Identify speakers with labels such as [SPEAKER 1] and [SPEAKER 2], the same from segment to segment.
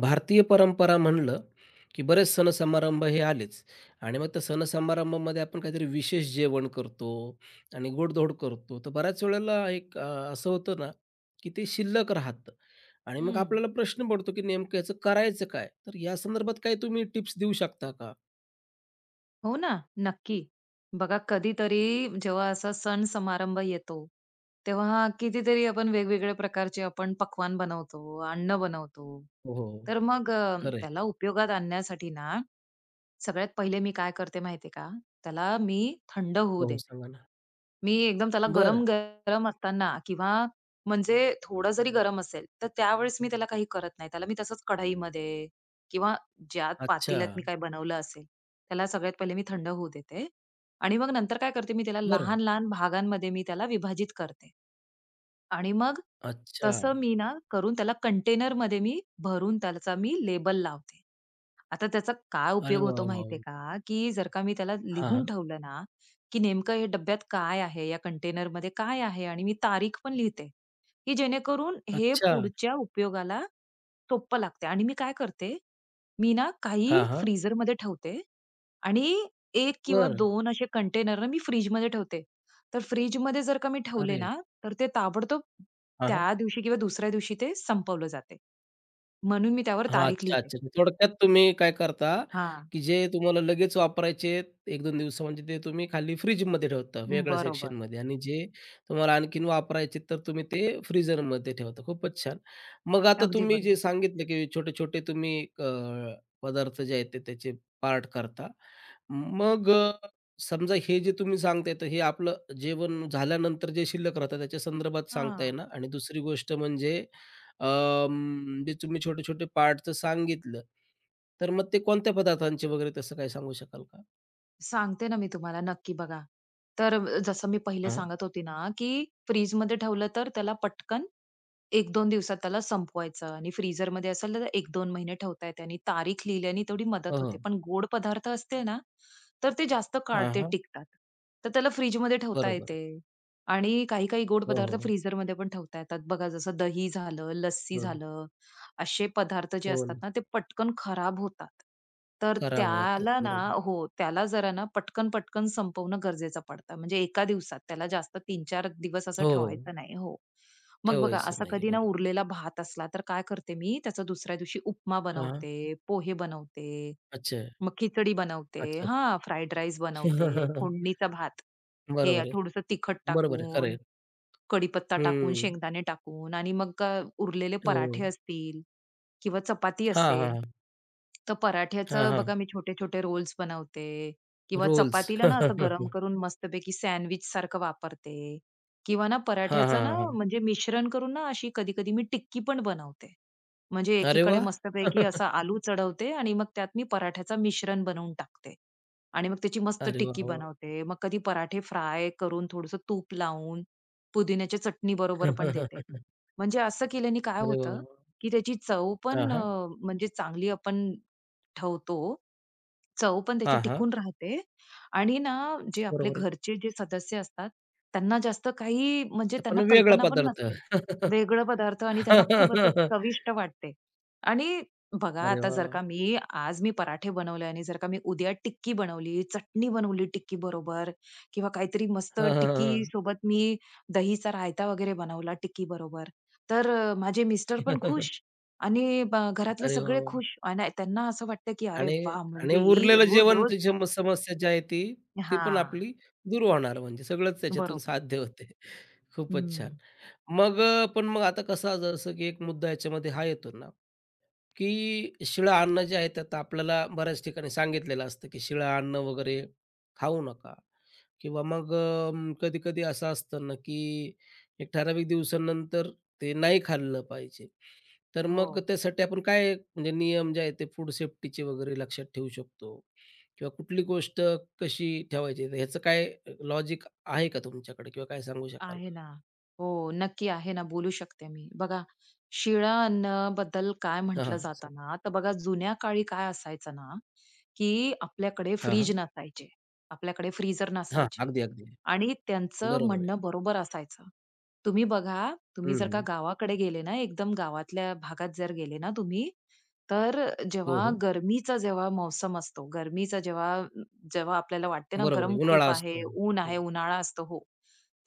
[SPEAKER 1] भारतीय परंपरा म्हणलं, की बरेच सण-समारंभ हे आलेच आणि मग त्या सण-समारंभामध्ये आपण काहीतरी विशेष जेवण करतो आणि गोडधोड करतो. तर बऱ्याच वेळेला एक असं होतं ना, की ते शिल्लक राहतं आणि मग
[SPEAKER 2] हं.
[SPEAKER 1] आपल्याला प्रश्न पडतो, की नेमकं याचं करायचं काय? तर या संदर्भात काही तुम्ही टिप्स देऊ शकता का?
[SPEAKER 2] हो ना, नक्की. बघा कधीतरी जेव्हा असा सण समारंभ येतो, तेव्हा कितीतरी आपण वेगवेगळ्या प्रकारचे आपण पक्वान्न बनवतो, अन्न बनवतो.
[SPEAKER 1] हो, हो.
[SPEAKER 2] तर मग त्याला उपयोगात आणण्यासाठी ना, सगळ्यात पहिले मी काय करते माहिती का, त्याला मी थंड होऊ
[SPEAKER 1] हो, हो.
[SPEAKER 2] देते.
[SPEAKER 1] सांगा ना.
[SPEAKER 2] मी एकदम त्याला
[SPEAKER 1] बरं.
[SPEAKER 2] गरम-गरम असताना किंवा म्हणजे थोडं जरी गरम असेल, तर त्यावेळेस मी त्याला काही करत नाही. त्याला मी तसंच कढईमध्ये किंवा ज्या
[SPEAKER 1] अच्छा.
[SPEAKER 2] पातेल्यात मी काही बनवलं असेल, त्याला सगळ्यात पहिले मी थंड होऊ देते आणि मग नंतर काय करते, मी त्याला
[SPEAKER 1] बरं.
[SPEAKER 2] लहान-लहान भागांमध्ये मी त्याला विभाजित करते. आणि मग
[SPEAKER 1] अच्छा.
[SPEAKER 2] तसं मी ना करून त्याला कंटेनरमध्ये मी भरून त्याचा मी लेबल लावते. आता त्याचा काय
[SPEAKER 1] अरे
[SPEAKER 2] उपयोग
[SPEAKER 1] वाह,
[SPEAKER 2] होतो
[SPEAKER 1] वाह! वाह!
[SPEAKER 2] माहितीये का, की जर का मी त्याला
[SPEAKER 1] हां,
[SPEAKER 2] लिहून
[SPEAKER 1] हां.
[SPEAKER 2] ठेवलं ना, की नेमकं हे डब्यात काय आहे, या कंटेनरमध्ये काय आहे आणि मी तारीख पण लिहिते, की जेणेकरून हे
[SPEAKER 1] अच्छा.
[SPEAKER 2] पुढच्या उपयोगाला सोपं लागते. आणि मी काय करते, मी ना काही
[SPEAKER 1] हां, हां.
[SPEAKER 2] फ्रीझरमध्ये ठेवते आणि 1 किंवा
[SPEAKER 1] बरं.
[SPEAKER 2] दोन असे कंटेनर ना मी फ्रिजमध्ये ठेवते. तर फ्रिजमध्ये जर का मी ठेवले
[SPEAKER 1] अरे!
[SPEAKER 2] ना, तर ते ताबडतोब त्या दिवशी किंवा दुसऱ्या दिवशी ते संपवलं जाते. म्हणून मी त्यावर
[SPEAKER 1] हां,
[SPEAKER 2] तारीख
[SPEAKER 1] अच्छा,
[SPEAKER 2] लिहिते.
[SPEAKER 1] अच्छा. थोडक्यात तुम्ही काय करता,
[SPEAKER 2] हां,
[SPEAKER 1] की जे तुम्हाला लगेच वापरायचे आहेत 1-2 दिवस म्हणजे ते तुम्ही खाली फ्रिजमध्ये ठेवता वेगळ्या
[SPEAKER 2] बरोबर.
[SPEAKER 1] सेक्शनमध्ये आणि जे तुम्हाला आणखीन वापरायचे तर तुम्ही ते फ्रीझरमध्ये ठेवता. खूपच छान. मग आता
[SPEAKER 2] अगदी
[SPEAKER 1] तुम्ही जे
[SPEAKER 2] बरोबर.
[SPEAKER 1] सांगितलं, की छोटे-छोटे तुम्ही पदार्थ जे आहेत ते त्याचे पार्ट करता. मग समजा हे जे तुम्ही सांगताय तर हे आपलं जेवण झाल्यानंतर जे शिल्लक राहतं त्याच्या संदर्भात सांगताय ना?
[SPEAKER 2] हां.
[SPEAKER 1] आणि दुसरी गोष्ट म्हणजे जे तुम्ही छोटे-छोटे पार्टचं सांगितलं, तर मग ते कोणत्या पदार्थांचे वगैरे तसं काही सांगू शकाल का?
[SPEAKER 2] सांगते ना मी तुम्हाला नक्की बघा. तर जसं मी पहिले
[SPEAKER 1] हां.
[SPEAKER 2] सांगत होती ना, की फ्रिजमध्ये ठेवलं तर त्याला पटकन 1-2 दिवसात त्याला संपवायचं आणि फ्रीझरमध्ये असेल तर 1-2 महिने ठेवता येते आणि तारीख लिहिल्याने तेवढी
[SPEAKER 1] हो,
[SPEAKER 2] मदत
[SPEAKER 1] हो.
[SPEAKER 2] होते. पण गोड पदार्थ असते ना, तर ते जास्त काळ
[SPEAKER 1] हां,
[SPEAKER 2] ते
[SPEAKER 1] हां.
[SPEAKER 2] टिकतात. तर त्याला फ्रिजमध्ये ठेवता
[SPEAKER 1] बरोबर आहे.
[SPEAKER 2] येते आणि काही-काही गोड
[SPEAKER 1] हो,
[SPEAKER 2] पदार्थ
[SPEAKER 1] हो.
[SPEAKER 2] फ्रीझरमध्ये पण ठेवता येतात. बघा जसं दही झालं, लस्सी
[SPEAKER 1] हो.
[SPEAKER 2] झालं, असे पदार्थ जे
[SPEAKER 1] हो
[SPEAKER 2] असतात
[SPEAKER 1] ना.
[SPEAKER 2] ना, ते पटकन खराब होतात. तर
[SPEAKER 1] खराब होतात.
[SPEAKER 2] त्याला ना
[SPEAKER 1] बरोबर.
[SPEAKER 2] हो, त्याला जरा ना पटकन-पटकन संपवणं गरजेचं पडतं. म्हणजे एका दिवसात त्याला जास्त 3-4 दिवस असं
[SPEAKER 1] हो. हो.
[SPEAKER 2] ठेवायचं नाही. हो. मग बघा
[SPEAKER 1] ठेवायचं
[SPEAKER 2] असा
[SPEAKER 1] नाही.
[SPEAKER 2] कधी ना
[SPEAKER 1] बरोबर.
[SPEAKER 2] उरलेला भात असला तर काय करते मी त्याचा दुसऱ्या दिवशी उपमा
[SPEAKER 1] हां.
[SPEAKER 2] बनवते, पोहे बनवते,
[SPEAKER 1] अच्छा.
[SPEAKER 2] मग खिचडी बनवते
[SPEAKER 1] अच्छा.
[SPEAKER 2] हां, फ्राईड राईस बनवते, फोडणीचा भात. हे
[SPEAKER 1] बरोबर आहे.
[SPEAKER 2] थोडंसं तिखट
[SPEAKER 1] बरोबर आहे. खरं
[SPEAKER 2] टाकून
[SPEAKER 1] आहे.
[SPEAKER 2] कढीपत्ता टाकून,
[SPEAKER 1] हं.
[SPEAKER 2] शेंगदाणे टाकून आणि मग उरलेले पराठे
[SPEAKER 1] हो.
[SPEAKER 2] असतील किंवा चपाती
[SPEAKER 1] हां,
[SPEAKER 2] असेल,
[SPEAKER 1] हां.
[SPEAKER 2] तर
[SPEAKER 1] हां,
[SPEAKER 2] पराठ्याचं
[SPEAKER 1] हां.
[SPEAKER 2] बघा मी छोटे-छोटे रोल्स बनवते किंवा
[SPEAKER 1] रोल्स.
[SPEAKER 2] चपातीला ना असं गरम करून मस्तपैकी सँडविचसारखं वापरते किंवा ना
[SPEAKER 1] हां,
[SPEAKER 2] पराठ्याचं ना
[SPEAKER 1] हां, हां.
[SPEAKER 2] म्हणजे मिश्रण करून ना अशी कधी-कधी मी टिक्की पण बनवते. म्हणजे
[SPEAKER 1] अरे
[SPEAKER 2] एकीकडे
[SPEAKER 1] वाह!
[SPEAKER 2] मस्तपैकी असा आलू चढवते आणि मग त्यात मी पराठ्याचं मिश्रण बनवून टाकते आणि मग त्याची मस्त
[SPEAKER 1] अरे वाह,
[SPEAKER 2] टिक्की
[SPEAKER 1] वाह!
[SPEAKER 2] बनवते. मग कधी पराठे फ्राय करून थोडंसं तूप लावून पुदिन्याच्या चटणी बरोबर पण देते. म्हणजे असं केल्याने काय
[SPEAKER 1] अरे वाह,
[SPEAKER 2] होतं,
[SPEAKER 1] वाह!
[SPEAKER 2] की त्याची चव
[SPEAKER 1] हां,
[SPEAKER 2] पण
[SPEAKER 1] हां.
[SPEAKER 2] म्हणजे चांगली आपण ठेवतो. चव पण त्याची
[SPEAKER 1] हां, हां.
[SPEAKER 2] टिकून राहते आणि ना जे आपले
[SPEAKER 1] बरोबर आहे.
[SPEAKER 2] घरचे जे सदस्य असतात, त्यांना जास्त काही म्हणजे
[SPEAKER 1] पण
[SPEAKER 2] त्यांना
[SPEAKER 1] वेगळा
[SPEAKER 2] कल्पना पण
[SPEAKER 1] पदार्थ.
[SPEAKER 2] नसते. वेगळं पदार्थ आणि त्यांना खूप असं चविष्ट वाटते. आणि बघा
[SPEAKER 1] अरे
[SPEAKER 2] आता
[SPEAKER 1] वाह!
[SPEAKER 2] जर
[SPEAKER 1] वाह!
[SPEAKER 2] का मी आज मी पराठे बनवले आणि जर का मी उद्या टिक्की बनवली, चटणी बनवली टिक्की बरोबर किंवा काहीतरी मस्त
[SPEAKER 1] हां, हां, हां,
[SPEAKER 2] टिक्की
[SPEAKER 1] हां.
[SPEAKER 2] सोबत मी दहीचा रायता वगैरे बनवला टिक्की बरोबर. तर माझे मिस्टर पण खुश आणि ब घरातले
[SPEAKER 1] अरे वाह!
[SPEAKER 2] सगळे
[SPEAKER 1] वाह!
[SPEAKER 2] खुश आणि त्यांना असं वाटतं, की "अरे
[SPEAKER 1] आणि
[SPEAKER 2] वाह!
[SPEAKER 1] आणि
[SPEAKER 2] म्हणजे ही
[SPEAKER 1] उरलेलं जेवण
[SPEAKER 2] रोज-रोज"
[SPEAKER 1] त्याची मग समस्या जी आहे ती, ती पण
[SPEAKER 2] हां,
[SPEAKER 1] आपली दूर होणार म्हणजे सगळंच त्याच्यातून
[SPEAKER 2] बरोबर.
[SPEAKER 1] साध्य होते. खूपच छान.
[SPEAKER 2] हं.
[SPEAKER 1] मग पण मग आता कसा जसं की एक मुद्दा याच्यामध्ये हा येतो ना, की शिळं अन्न जे आहे ते आता आपल्याला बऱ्याच ठिकाणी सांगितलेलं असतं, की शिळं अन्न वगैरे खाऊ नका. किंवा मग कधी-कधी असं असतं ना, की एक ठराविक दिवसानंतर ते नाही खाल्लं पाहिजे. तर
[SPEAKER 2] हो.
[SPEAKER 1] मग त्यासाठी आपण काय म्हणजे नियम जे आहेत ते फूड सेफ्टीचे वगैरे लक्षात ठेवू शकतो? किंवा कुठली गोष्ट कशी ठेवायची? तर ह्याचं काय लॉजिक आहे का तुमच्याकडे किंवा काय सांगू शकाल
[SPEAKER 2] आहे
[SPEAKER 1] का?
[SPEAKER 2] ना. हो, नक्की आहे ना, बोलू शकते मी. बघा, शिळा अन्नाबद्दल काय
[SPEAKER 1] हां,
[SPEAKER 2] म्हटलं
[SPEAKER 1] हां.
[SPEAKER 2] जातं ना, तर बघा जुन्या काळी काय असायचं ना, की आपल्याकडे
[SPEAKER 1] हां,
[SPEAKER 2] फ्रिज
[SPEAKER 1] हां.
[SPEAKER 2] नसायचे. आपल्याकडे फ्रीझर नसायचे
[SPEAKER 1] अगदी, अगदी.
[SPEAKER 2] आणि त्यांचं
[SPEAKER 1] बरोबर आहे.
[SPEAKER 2] म्हणणं बरोबर असायचं. तुम्ही बघा, तुम्ही
[SPEAKER 1] हं,
[SPEAKER 2] जर का
[SPEAKER 1] हं.
[SPEAKER 2] गावाकडे गेले ना, एकदम गावातल्या भागात जर गेले ना तुम्ही, तर
[SPEAKER 1] हो,
[SPEAKER 2] जेव्हा
[SPEAKER 1] हो.
[SPEAKER 2] गरमीचा जेव्हा मौसम असतो, गरमीचा जेव्हा जेव्हा आपल्याला वाटते ना
[SPEAKER 1] बरोबर आहे.
[SPEAKER 2] गरम
[SPEAKER 1] उन्हाळा
[SPEAKER 2] खूप
[SPEAKER 1] असतो.
[SPEAKER 2] आहे, ऊन
[SPEAKER 1] हं,
[SPEAKER 2] आहे, उन्हाळा असतो. हो.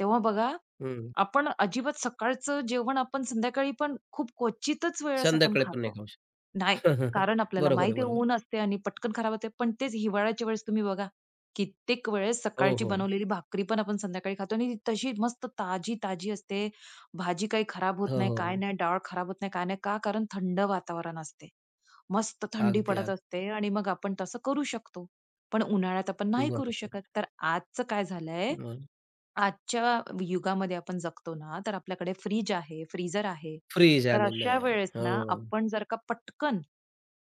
[SPEAKER 2] तेव्हा बघा,
[SPEAKER 1] हं.
[SPEAKER 2] आपण अजिबात सकाळचं जेवण आपण संध्याकाळी पण खूप क्वचितच वेळेस आपण
[SPEAKER 1] संध्याकाळी पण नाही
[SPEAKER 2] खातो.
[SPEAKER 1] खाऊ शकत.
[SPEAKER 2] नाही, कारण आपल्याला
[SPEAKER 1] बरोबर आहे,
[SPEAKER 2] माहिती आहे
[SPEAKER 1] बरोबर.
[SPEAKER 2] ऊन असते आणि पटकन खराब होते. पण तेच हिवाळ्याच्या वेळेस तुम्ही बघा, कित्येक वेळेस
[SPEAKER 1] हो,
[SPEAKER 2] सकाळची
[SPEAKER 1] हो.
[SPEAKER 2] बनवलेली भाकरी पण आपण संध्याकाळी खातो आणि ती तशी मस्त ताजी-ताजी असते. भाजी काही खराब
[SPEAKER 1] हो,
[SPEAKER 2] होत नाही,
[SPEAKER 1] हो,
[SPEAKER 2] काय
[SPEAKER 1] हो.
[SPEAKER 2] नाही, डाळ खराब होत नाही, काय नाही. का? कारण थंड वातावरण असते. मस्त थंडी
[SPEAKER 1] अगदी,
[SPEAKER 2] पडत
[SPEAKER 1] अगदी.
[SPEAKER 2] असते आणि मग आपण तसं करू शकतो. पण उन्हाळ्यात आपण नाही करू
[SPEAKER 1] बरोबर.
[SPEAKER 2] शकत. तर आजचं काय झालंय
[SPEAKER 1] मग
[SPEAKER 2] आजच्या युगामध्ये आपण जगतो ना, तर आपल्याकडे फ्रीज आहे, फ्रीजर आहे.
[SPEAKER 1] फ्री
[SPEAKER 2] तर
[SPEAKER 1] झालेलं
[SPEAKER 2] अशा
[SPEAKER 1] आहे.
[SPEAKER 2] वेळेस ना,
[SPEAKER 1] हो.
[SPEAKER 2] आपण जर का पटकन,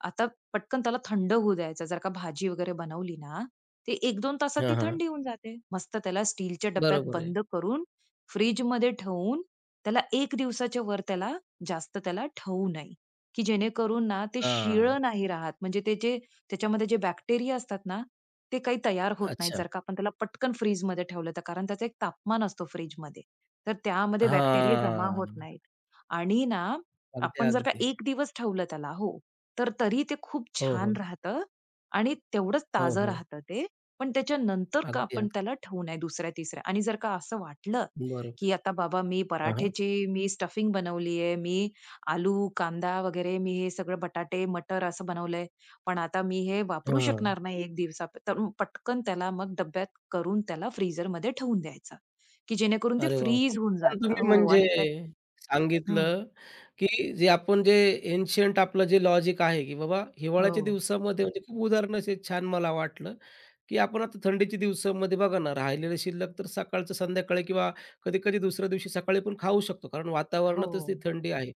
[SPEAKER 2] आता पटकन त्याला थंड होऊ द्यायचं. जर का भाजी वगैरे बनवली ना, ते एक दोन तासात
[SPEAKER 1] हां,
[SPEAKER 2] ती
[SPEAKER 1] हां.
[SPEAKER 2] थंडी होऊन जाते. मस्त त्याला स्टीलच्या डब्यात
[SPEAKER 1] बरोबर आहे.
[SPEAKER 2] बंद करून, फ्रिजमध्ये ठेवून, त्याला 1 दिवसाच्या वर त्याला जास्त त्याला ठेवू नये, की जेणेकरून ना, ते
[SPEAKER 1] हां.
[SPEAKER 2] शिळं नाही राहत. म्हणजे ते त्याच्यामध्ये जे बॅक्टेरिया असतात ना, ते काही तयार होत नाहीत,
[SPEAKER 1] अच्छा.
[SPEAKER 2] जर का आपण त्याला पटकन फ्रीजमध्ये ठेवलं तर. कारण त्याचा एक तापमान असतो फ्रिजमध्ये, तर त्यामध्ये बॅक्टेरिया जमा
[SPEAKER 1] हां.
[SPEAKER 2] होत नाहीत. आणि ना,
[SPEAKER 1] अगदी,
[SPEAKER 2] आपण जर का
[SPEAKER 1] अगदी.
[SPEAKER 2] 1 दिवस ठेवलं त्याला हो, तर तरी ते खूप
[SPEAKER 1] हो,
[SPEAKER 2] छान
[SPEAKER 1] हो.
[SPEAKER 2] राहतं आणि तेवढंच
[SPEAKER 1] हो,
[SPEAKER 2] ताजं
[SPEAKER 1] हो.
[SPEAKER 2] राहतं ते. पण त्याच्यानंतर का
[SPEAKER 1] अगदी,
[SPEAKER 2] आपण
[SPEAKER 1] अगदी.
[SPEAKER 2] त्याला ठेवू नये दुसऱ्या-तिसऱ्या आणि जर का असं वाटलं,
[SPEAKER 1] बरोबर.
[SPEAKER 2] की आता बाबा मी
[SPEAKER 1] हां, हां.
[SPEAKER 2] पराठ्याची मी स्टफिंग बनवली आहे, मी आलू, कांदा वगैरे मी हे सगळं बटाटे, मटर असं बनवलंय. पण आता मी हे वापरू
[SPEAKER 1] हां.
[SPEAKER 2] शकणार नाही 1 दिवसा तर मग पटकन त्याला मग डब्यात करून त्याला फ्रीझरमध्ये ठेवून द्यायचं, की जेणेकरून ते
[SPEAKER 1] अरे वाह! खूप
[SPEAKER 2] फ्रीज होऊन
[SPEAKER 1] छान
[SPEAKER 2] जातं.
[SPEAKER 1] तुम्ही
[SPEAKER 2] हो
[SPEAKER 1] म्हणजे
[SPEAKER 2] आणि त्यात हं.
[SPEAKER 1] सांगितलं, की जे आपण जे एन्शियंट आपलं जे लॉजिक आहे, की बाबा हिवाळ्याच्या
[SPEAKER 2] हो.
[SPEAKER 1] दिवसामध्ये म्हणजे खूप उदाहरण असे छान मला वाटलं, की आपण आता थंडीच्या दिवसामध्ये बघा ना, राहिलेलं शिल्लक तर सकाळचं संध्याकाळी किंवा कधी-कधी दुसऱ्या दिवशी सकाळी पण खाऊ शकतो. कारण
[SPEAKER 2] हो.
[SPEAKER 1] वातावरणातच ती थंडी आहे.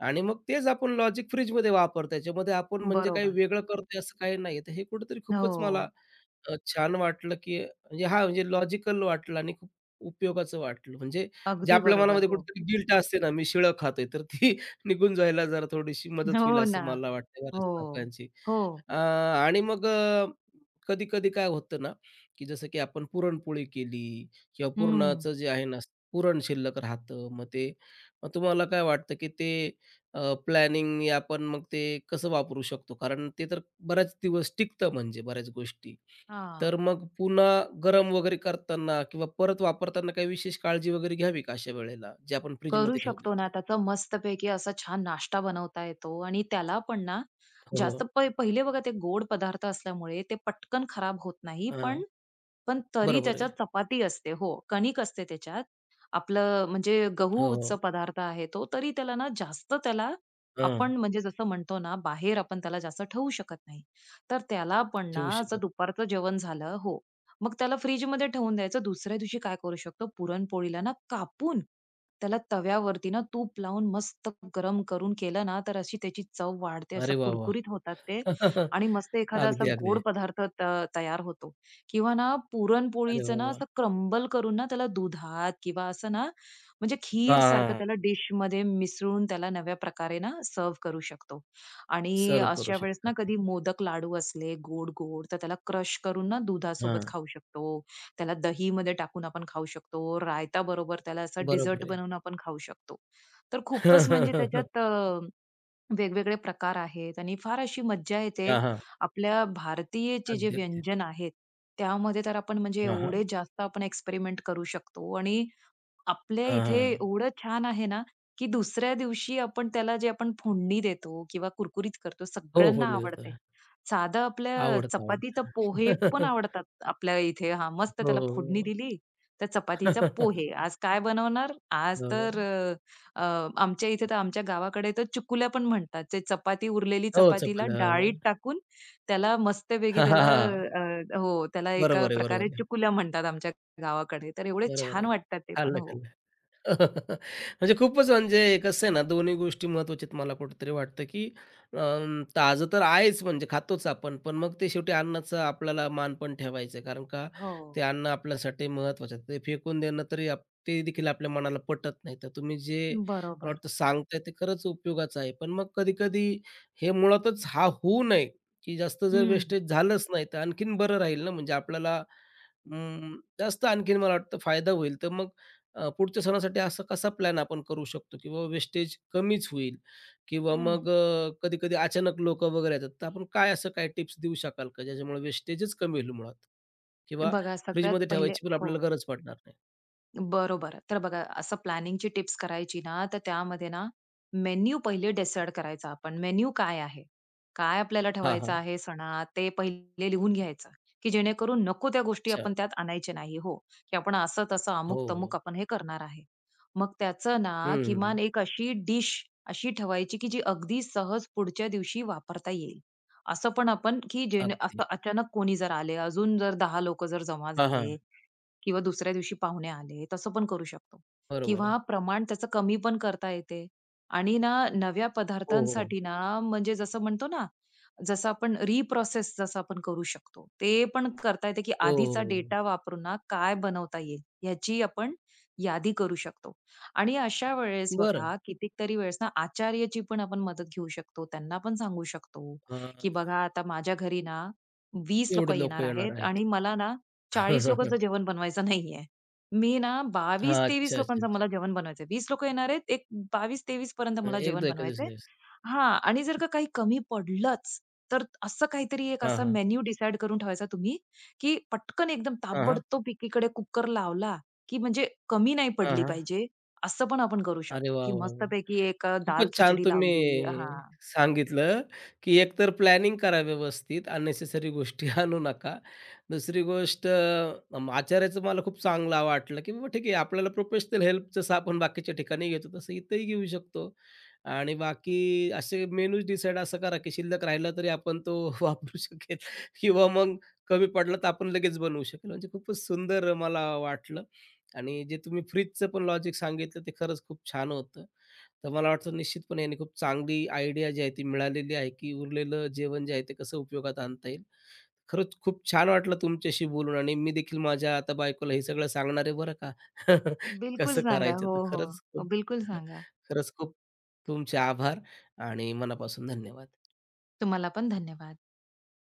[SPEAKER 1] आणि मग तेच आपण लॉजिक फ्रिजमध्ये वापरतो. त्याच्यामध्ये आपण म्हणजे काही
[SPEAKER 2] बरोबर.
[SPEAKER 1] वेगळं करतोय असं काही नाही. तर हे कुठेतरी खूपच मला
[SPEAKER 2] हो.
[SPEAKER 1] छान वाटलं, की म्हणजे हां, म्हणजे लॉजिकल वाटलं आणि खूप उपयोगाचं वाटलं. म्हणजे जे
[SPEAKER 2] अगदी
[SPEAKER 1] आपल्या
[SPEAKER 2] बरोबर.
[SPEAKER 1] मनामध्ये
[SPEAKER 2] हो.
[SPEAKER 1] कुठेतरी गिल्ट असते ना, मी शिळं खातोय, तर ती निघून जायला जरा थोडीशी मदत होईल
[SPEAKER 2] हो
[SPEAKER 1] असं
[SPEAKER 2] ना.
[SPEAKER 1] मला वाटतं बऱ्याच
[SPEAKER 2] हो.
[SPEAKER 1] लोकांची.
[SPEAKER 2] हो.
[SPEAKER 1] आणि मग कधी कधी काय होतं ना, की जसं की आपण पुरणपोळी केली किंवा
[SPEAKER 2] हं.
[SPEAKER 1] पुरणाचं जे आहे ना, पुरण शिल्लक राहतं. मग तुम्हाला काय वाटतं, की ते प्लॅनिंग आपण मग ते कसं वापरू शकतो? कारण ते तर बऱ्याच दिवस टिकतं म्हणजे बऱ्याच गोष्टी.
[SPEAKER 2] हां.
[SPEAKER 1] तर मग पुन्हा गरम वगैरे करताना किंवा परत वापरताना काही विशेष काळजी वगैरे घ्यावी का अशा वेळेला, जे आपण
[SPEAKER 2] करू
[SPEAKER 1] फ्रिजमध्ये ठेवलंय
[SPEAKER 2] शकतो ना,
[SPEAKER 1] ते?
[SPEAKER 2] त्याचा मस्तपैकी असा छान नाश्ता बनवता येतो आणि त्याला पण ना,
[SPEAKER 1] हो,
[SPEAKER 2] जास्त
[SPEAKER 1] हो.
[SPEAKER 2] पहिले बघा ते गोड पदार्थ असल्यामुळे ते पटकन खराब होत नाही. पण पण तरी
[SPEAKER 1] बरोबर आहे.
[SPEAKER 2] त्याच्यात चपाती असते हो, कणिक असते त्याच्यात. आपलं म्हणजे
[SPEAKER 1] हो, हो.
[SPEAKER 2] गहूचा पदार्थ आहे तो, तरी त्याला ना जास्त त्याला
[SPEAKER 1] हां,
[SPEAKER 2] आपण म्हणजे जसं म्हणतो ना, बाहेर आपण त्याला जास्त ठेवू शकत नाही. तर त्याला पण ना
[SPEAKER 1] ठेवू
[SPEAKER 2] असं
[SPEAKER 1] शकत.
[SPEAKER 2] दुपारचं जेवण झालं हो, मग त्याला फ्रिजमध्ये ठेवून द्यायचं. दुसऱ्या दिवशी काय करू शकतो, पुरणपोळीला ना कापून त्याला तव्यावरती ना तूप लावून मस्त गरम करून केलं ना, तर अशी त्याची चव वाढते.
[SPEAKER 1] अरे
[SPEAKER 2] असं
[SPEAKER 1] वाह, वाह!
[SPEAKER 2] कुरकुरीत होतात ते आणि मस्त एखादा असा
[SPEAKER 1] अगदी,
[SPEAKER 2] गोड
[SPEAKER 1] अगदी.
[SPEAKER 2] पदार्थ तयार होतो. किंवा ना
[SPEAKER 1] अरे
[SPEAKER 2] पुरणपोळीचं
[SPEAKER 1] वाह,
[SPEAKER 2] ना
[SPEAKER 1] वाह!
[SPEAKER 2] असं क्रम्बल करून ना त्याला दुधात किंवा असं ना म्हणजे
[SPEAKER 1] हां, हां,
[SPEAKER 2] खीरसारखं त्याला
[SPEAKER 1] हां.
[SPEAKER 2] डिशमध्ये मिसळून त्याला नव्या प्रकारे ना सर्व्ह करू शकतो. आणि
[SPEAKER 1] सर्व्ह करू
[SPEAKER 2] अशा वेळेस
[SPEAKER 1] शकतो
[SPEAKER 2] ना
[SPEAKER 1] आपण.
[SPEAKER 2] कधी मोदक लाडू असले गोड-गोड, तर त्याला क्रश करून ना दुधासोबत
[SPEAKER 1] हां.
[SPEAKER 2] खाऊ शकतो. त्याला दहीमध्ये टाकून आपण खाऊ शकतो. रायता बरोबर त्याला असा
[SPEAKER 1] बरोबर
[SPEAKER 2] डिझर्ट
[SPEAKER 1] आहे.
[SPEAKER 2] बनवून आपण खाऊ शकतो. तर खूपच म्हणजे त्याच्यात वेगवेगळे प्रकार आहेत आणि फार अशी मज्जा येते.
[SPEAKER 1] हां, हां.
[SPEAKER 2] आपल्या भारतीयचे जे
[SPEAKER 1] अगदी, अगदी.
[SPEAKER 2] व्यंजन आहेत, त्यामध्ये तर आपण म्हणजे
[SPEAKER 1] हां, हां.
[SPEAKER 2] एवढे जास्त आपण एक्सपेरिमेंट करू शकतो आणि आपल्या
[SPEAKER 1] हां,
[SPEAKER 2] इथे
[SPEAKER 1] हां.
[SPEAKER 2] एवढं छान आहे ना, की दुसऱ्या दिवशी आपण त्याला जे आपण फोडणी देतो किंवा कुरकुरीत करतो
[SPEAKER 1] हो,
[SPEAKER 2] सगळ्यांना
[SPEAKER 1] फोडणी देतो.
[SPEAKER 2] आवडते. साधं आपल्या
[SPEAKER 1] आवडतं,
[SPEAKER 2] चपातीचा
[SPEAKER 1] आवडतं.
[SPEAKER 2] पोहे पण आवडतात आपल्या इथे. हां, मस्त
[SPEAKER 1] हो.
[SPEAKER 2] त्याला फोडणी
[SPEAKER 1] हो.
[SPEAKER 2] दिली, तर चपातीचा पोहे. आज काय बनवणार? आज
[SPEAKER 1] हो,
[SPEAKER 2] तर अ, अ, आमच्या इथे तर आमच्या गावाकडे तर चुकुल्या पण म्हणतात. ते चपाती उरलेली
[SPEAKER 1] हो,
[SPEAKER 2] चपातीला
[SPEAKER 1] चपला.
[SPEAKER 2] डाळीत टाकून त्याला मस्तपैकी
[SPEAKER 1] हां, हां,
[SPEAKER 2] त्याला
[SPEAKER 1] हां.
[SPEAKER 2] हो, त्याला एका
[SPEAKER 1] बरोबर आहे,
[SPEAKER 2] प्रकारे
[SPEAKER 1] बरोबर आहे.
[SPEAKER 2] चुकुल्या म्हणतात आमच्या गावाकडे. तर एवढे
[SPEAKER 1] बरोबर
[SPEAKER 2] छान
[SPEAKER 1] आहे.
[SPEAKER 2] वाटतात ते पण.
[SPEAKER 1] खाल्लं,
[SPEAKER 2] हो.
[SPEAKER 1] खाल्लं. म्हणजे खूपच म्हणजे कसं आहे ना, दोन्ही गोष्टी महत्त्वाच्या आहेत. मला कुठेतरी वाटतं, की ताजं तर आहेच म्हणजे खातोच आपण. पण मग ते शेवटी अन्नाचा आपल्याला मान पण ठेवायचा आहे. कारण का
[SPEAKER 2] हो.
[SPEAKER 1] ते अन्न आपल्यासाठी महत्त्वाचं आहे. ते फेकून देणं तरी ते देखील आपल्या मनाला पटत नाही. तर तुम्ही जे मला
[SPEAKER 2] बरोबर.
[SPEAKER 1] वाटतं सांगताय ते खरंच उपयोगाचं आहे. पण मग कधी-कधी हे मुळातच हा होऊ नये, की जास्त जर
[SPEAKER 2] हं.
[SPEAKER 1] वेस्टेज झालंच नाही, तर आणखीन बरं राहील ना. म्हणजे आपल्याला जास्त आणखीन मला वाटतं फायदा होईल. तर मग पुढच्या सणासाठी असा कसा प्लॅन आपण करू शकतो किंवा वेस्टेज कमीच होईल किंवा
[SPEAKER 2] हं.
[SPEAKER 1] मग कधी-कधी अचानक लोकं वगैरे येतात, तर आपण काय असं काय टिप्स देऊ शकाल का? ज्याच्यामुळे वेस्टेजच कमी होईल मुळात किंवा
[SPEAKER 2] बघा सगळ्यात
[SPEAKER 1] फ्रिजमध्ये
[SPEAKER 2] पहिले
[SPEAKER 1] ठेवायची पण
[SPEAKER 2] हो.
[SPEAKER 1] आपल्याला गरज पडणार नाही.
[SPEAKER 2] बरोबर. तर बघा असं प्लॅनिंगची टिप्स करायची ना, तर त्यामध्ये ना मेन्यू पहिले डिसाईड करायचा आपण. मेन्यू काय आहे? काय आपल्याला
[SPEAKER 1] हां,
[SPEAKER 2] ठेवायचं
[SPEAKER 1] हां.
[SPEAKER 2] आहे सणात? ते पहिले लिहून घ्यायचं, की जेणेकरून नको त्या गोष्टी
[SPEAKER 1] अच्छा.
[SPEAKER 2] आपण त्यात आणायचे नाही हो, की आपण असं-तसं,
[SPEAKER 1] हो, हो.
[SPEAKER 2] अमुक-तमुक आपण हे करणार आहे. मग त्याचं ना
[SPEAKER 1] हं, हं.
[SPEAKER 2] किमान एक अशी डिश अशी ठेवायची, की जी अगदी सहज पुढच्या दिवशी वापरता येईल. असं पण आपण की जेणे
[SPEAKER 1] अगदी.
[SPEAKER 2] असं अचानक कोणी जर आले, अजून जर 10 लोकं जर जमा
[SPEAKER 1] हां, हां.
[SPEAKER 2] झाले, किंवा दुसऱ्या दिवशी पाहुणे आले, तसं पण करू शकतो.
[SPEAKER 1] बरोबर.
[SPEAKER 2] किंवा प्रमाण त्याचं कमी पण करता येते आणि ना नव्या
[SPEAKER 1] हो, हो.
[SPEAKER 2] पदार्थांसाठी ना म्हणजे जसं म्हणतो ना, जसं आपण रिप्रोसेस जसं आपण करू शकतो. ते पण करता येते, की
[SPEAKER 1] हो, हो,
[SPEAKER 2] आधीचा
[SPEAKER 1] हो.
[SPEAKER 2] डेटा वापरून ना काय बनवता येईल, ह्याची आपण यादी करू शकतो. आणि अशा वेळेस
[SPEAKER 1] बरं.
[SPEAKER 2] बघा, कितीतरी वेळेस ना आचार्याची पण आपण मदत घेऊ शकतो. त्यांना पण सांगू शकतो,
[SPEAKER 1] हां.
[SPEAKER 2] की बघा आता माझ्या घरी ना 20
[SPEAKER 1] एवढे
[SPEAKER 2] लोकं
[SPEAKER 1] लोकं
[SPEAKER 2] येणार
[SPEAKER 1] येणार
[SPEAKER 2] आहेत
[SPEAKER 1] आहेत.
[SPEAKER 2] आणि मला ना 40 लोकांचं जेवण बनवायचं नाहीये. मी ना
[SPEAKER 1] हां.
[SPEAKER 2] 22-23
[SPEAKER 1] अच्छा, अच्छा,
[SPEAKER 2] लोकांचं
[SPEAKER 1] अच्छा.
[SPEAKER 2] मला जेवण बनवायचंय. 20 लोकं येणार आहेत, एक 22-23 पर्यंत
[SPEAKER 1] हा,
[SPEAKER 2] मला जेवण
[SPEAKER 1] एकदा एका
[SPEAKER 2] बनवायचंय.
[SPEAKER 1] दिवशी
[SPEAKER 2] हां, आणि जर का काही कमी पडलंच तर असं काहीतरी एक
[SPEAKER 1] हां,
[SPEAKER 2] असा
[SPEAKER 1] हां.
[SPEAKER 2] मेन्यू डिसाईड करून ठेवायचा तुम्ही, की पटकन एकदम
[SPEAKER 1] हां, हां.
[SPEAKER 2] ताबडतोब एकीकडे कुकर लावला, की म्हणजे कमी नाही
[SPEAKER 1] हां,
[SPEAKER 2] पडली
[SPEAKER 1] हां.
[SPEAKER 2] पाहिजे, असं पण आपण करू
[SPEAKER 1] अरे
[SPEAKER 2] शकतो,
[SPEAKER 1] वाह,
[SPEAKER 2] की
[SPEAKER 1] वाह, वाह!
[SPEAKER 2] मस्तपैकी एक
[SPEAKER 1] खूपच छान
[SPEAKER 2] दाल-खिचडी
[SPEAKER 1] तुम्ही
[SPEAKER 2] लावली हां.
[SPEAKER 1] सांगितलं, की एकतर प्लॅनिंग करा व्यवस्थित, अननेसेसरी गोष्टी आणू नका. दुसरी गोष्ट आचार्याचं मला खूप चांगला वाटलं, की बाबा ठीक आहे आपल्याला प्रोफेशनल हेल्प जसं आपण बाकीच्या ठिकाणी घेतो, तसं इथंही घेऊ शकतो. आणि बाकी असे मेनूज डिसाईड असं करा, की शिल्लक राहिला तरी आपण तो वापरू शकेल किंवा मग कमी पडला तर आपण लगेच बनवू शकेल. म्हणजे खूपच सुंदर मला वाटलं आणि जे तुम्ही फ्रिजचं पण लॉजिक सांगितलं ते खरंच खूप छान होतं. तर मला वाटतं निश्चितपणे याने खूप चांगली आयडिया जी आहे ती मिळालेली आहे, की उरलेलं जेवण जे आहे ते कसं उपयोगात आणता येईल. खरंच खूप छान वाटलं तुमच्याशी बोलून आणि मी देखील माझ्या आता बायकोला हे सगळं सांगणार आहे बरं का, की
[SPEAKER 2] बिलकुल
[SPEAKER 1] कसं
[SPEAKER 2] सांगा.
[SPEAKER 1] करायचं.
[SPEAKER 2] हो,
[SPEAKER 1] तर
[SPEAKER 2] हो.
[SPEAKER 1] खरंच
[SPEAKER 2] हो,
[SPEAKER 1] खूप
[SPEAKER 2] बिलकुल सांगा.
[SPEAKER 1] खरंच खूप तुमचे आभार आणि मनापासून धन्यवाद.
[SPEAKER 2] तुम्हाला पण धन्यवाद.